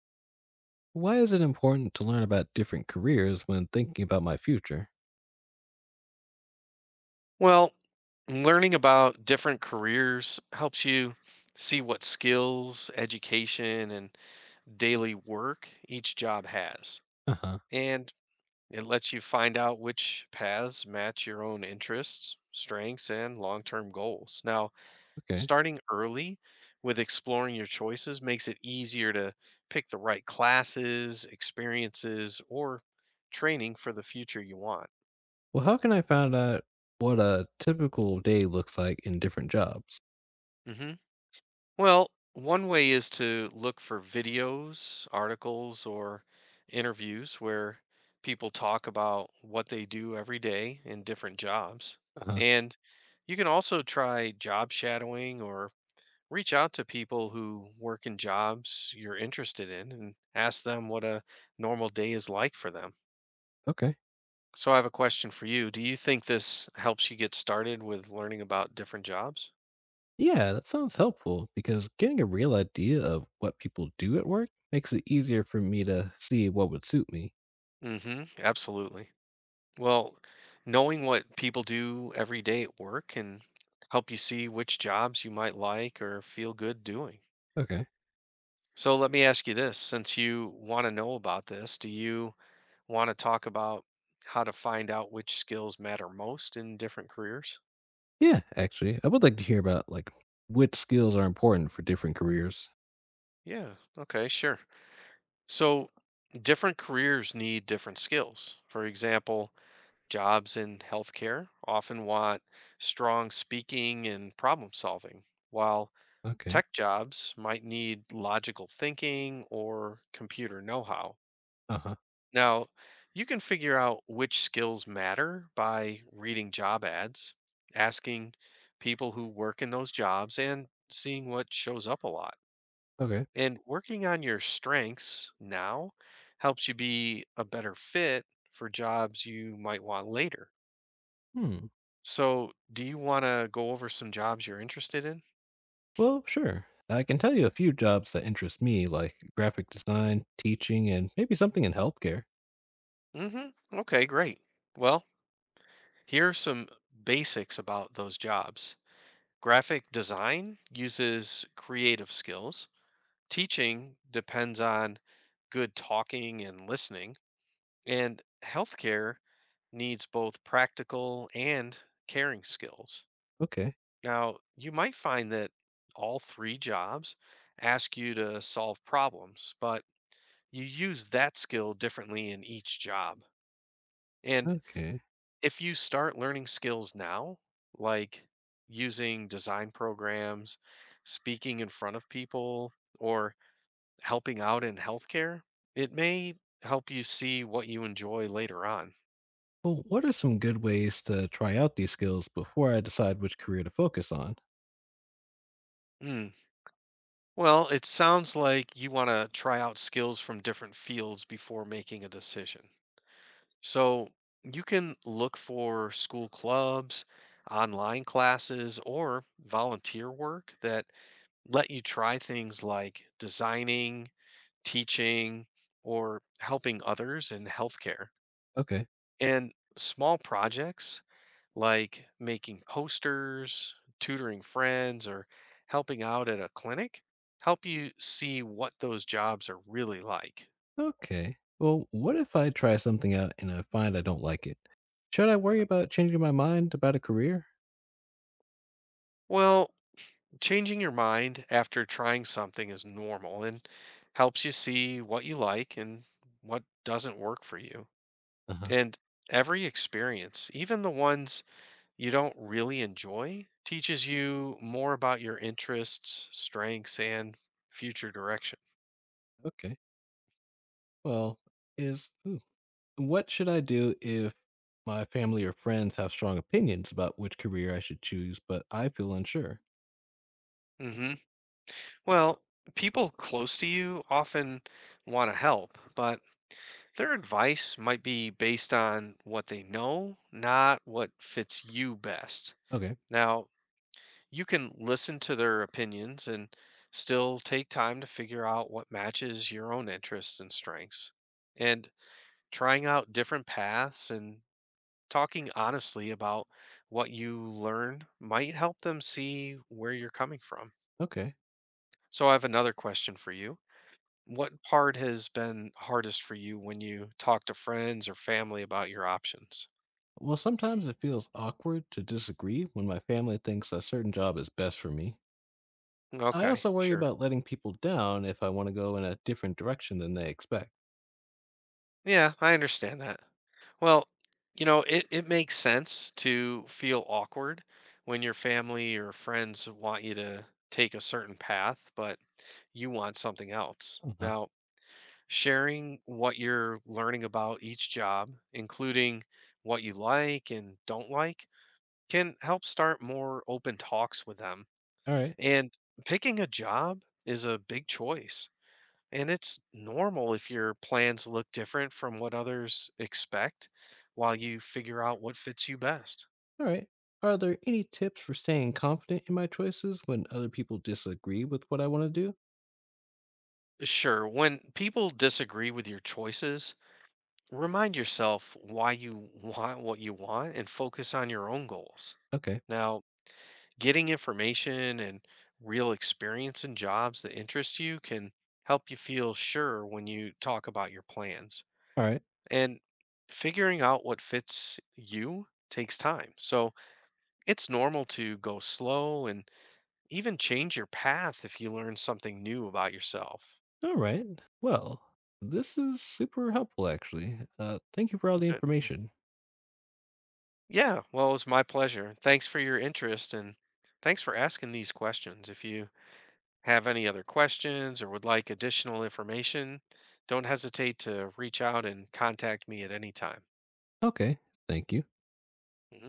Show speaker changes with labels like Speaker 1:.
Speaker 1: Why is it important to learn about different careers when thinking about my future?
Speaker 2: Well, learning about different careers helps you see what skills, education, and daily work each job has.
Speaker 1: Uh huh.
Speaker 2: And it lets you find out which paths match your own interests, strengths, and long term goals. Now,
Speaker 1: Okay.
Speaker 2: starting early with exploring your choices makes it easier to pick the right classes, experiences, or training for the future you want.
Speaker 1: Well, how can I find out what a typical day looks like in different jobs?
Speaker 2: hmm Well, one way is to look for videos, articles, or interviews where people talk about what they do every day in different jobs.
Speaker 1: Uh huh.
Speaker 2: And you can also try job shadowing or reach out to people who work in jobs you're interested in and ask them what a normal day is like for them.
Speaker 1: Okay.
Speaker 2: So, I have a question for you. Do you think this helps you get started with learning about different jobs?
Speaker 1: Yeah, that sounds helpful because getting a real idea of what people do at work makes it easier for me to see what would suit me.
Speaker 2: Mm hmm, absolutely. Well, knowing what people do every day at work can help you see which jobs you might like or feel good doing.
Speaker 1: Okay.
Speaker 2: So let me ask you this, since you want to know about this, do you want to talk about how to find out which skills matter most in different careers?
Speaker 1: Yeah, actually, I would like to hear about like which skills are important for different careers.
Speaker 2: Yeah, okay, sure. So different careers need different skills. For example, jobs in healthcare often want strong speaking and problem solving, while
Speaker 1: Okay.
Speaker 2: tech jobs might need logical thinking or computer know how.
Speaker 1: Uh huh.
Speaker 2: Now, you can figure out which skills matter by reading job ads, asking people who work in those jobs, and seeing what shows up a lot.
Speaker 1: Okay.
Speaker 2: And working on your strengths now helps you be a better fit for jobs you might want later.
Speaker 1: Hmm.
Speaker 2: So, do you want to go over some jobs you're interested in?
Speaker 1: Well, sure. I can tell you a few jobs that interest me, like graphic design, teaching, and maybe something in healthcare.
Speaker 2: Mhm. Okay, great. Well, here are some basics about those jobs. Graphic design uses creative skills. Teaching depends on good talking and listening. And healthcare needs both practical and caring skills.
Speaker 1: Okay,
Speaker 2: Now, you might find that all three jobs ask you to solve problems, but you use that skill differently in each job. And
Speaker 1: okay.
Speaker 2: if you start learning skills now, like using design programs, speaking in front of people, or helping out in healthcare, it may help you see what you enjoy later on.
Speaker 1: Well, what are some good ways to try out these skills before I decide which career to focus on?
Speaker 2: Hmm. Well, it sounds like you want to try out skills from different fields before making a decision. So you can look for school clubs, online classes, or volunteer work that let you try things like designing, teaching, or helping others in healthcare.
Speaker 1: Okay,
Speaker 2: And small projects like making posters, tutoring friends, or helping out at a clinic help you see what those jobs are really like.
Speaker 1: okay. Well, what if I try something out and I find I don't like it? Should I worry
Speaker 2: Mhm.
Speaker 1: about changing my mind about a career?
Speaker 2: Well, changing your mind after trying something is normal and helps you see what you like and what doesn't work for you.
Speaker 1: Uh huh.
Speaker 2: And every experience, even the ones you don't really enjoy teaches you more about your interests, strengths, and future direction.
Speaker 1: Okay. Well, is ooh, what should I do if my family or friends have strong opinions about which career I should choose, but I feel unsure?
Speaker 2: hmm Well, people close to you often want to help, but their advice might be based on what they know, not what fits you best.
Speaker 1: Okay,
Speaker 2: Now, you can listen to their opinions and still take time to figure out what matches your own interests and strengths. And trying out different paths and talking honestly about what you learn might help them see where you're coming from.
Speaker 1: okay.
Speaker 2: So I have another question for you. What part has been hardest for you when you talk to friends or family about your options?
Speaker 1: Well, sometimes it feels awkward to disagree when my family thinks a certain job is best for me. I
Speaker 2: Okay,
Speaker 1: also worry
Speaker 2: sure.
Speaker 1: about letting people down if I want to go in a different direction than they expect.
Speaker 2: Yeah, I understand that. Well, you know, it makes sense to feel awkward when your family or friends want you to take a certain path, but you want something else.
Speaker 1: Uh-huh.
Speaker 2: Now, sharing what you're learning about each job, including what you like and don't like, can help start more open talks with them.
Speaker 1: All right,
Speaker 2: And picking a job is a big choice. And it's normal if your plans look different from what others expect while you figure out what fits you best.
Speaker 1: all right. Are there any tips for staying confident in my choices when other people disagree with what I want to do?
Speaker 2: Sure, when people disagree with your choices, remind yourself why you want what you want and focus on your own goals.
Speaker 1: Okay,
Speaker 2: Now, getting information and real experience in jobs that interest you can help you feel sure when you talk about your plans.
Speaker 1: all right.
Speaker 2: And figuring out what fits you takes time. So it's normal to go slow and even change your path if you learn something new about yourself.
Speaker 1: All right. Well, this is super helpful, actually. Thank you for all the
Speaker 2: Good.
Speaker 1: information.
Speaker 2: Yeah, well, it was my pleasure. Thanks for your interest and thanks for asking these questions. If you have any other questions or would like additional information, don't hesitate to reach out and contact me at any time.
Speaker 1: Okay. Thank you.
Speaker 2: Mhm.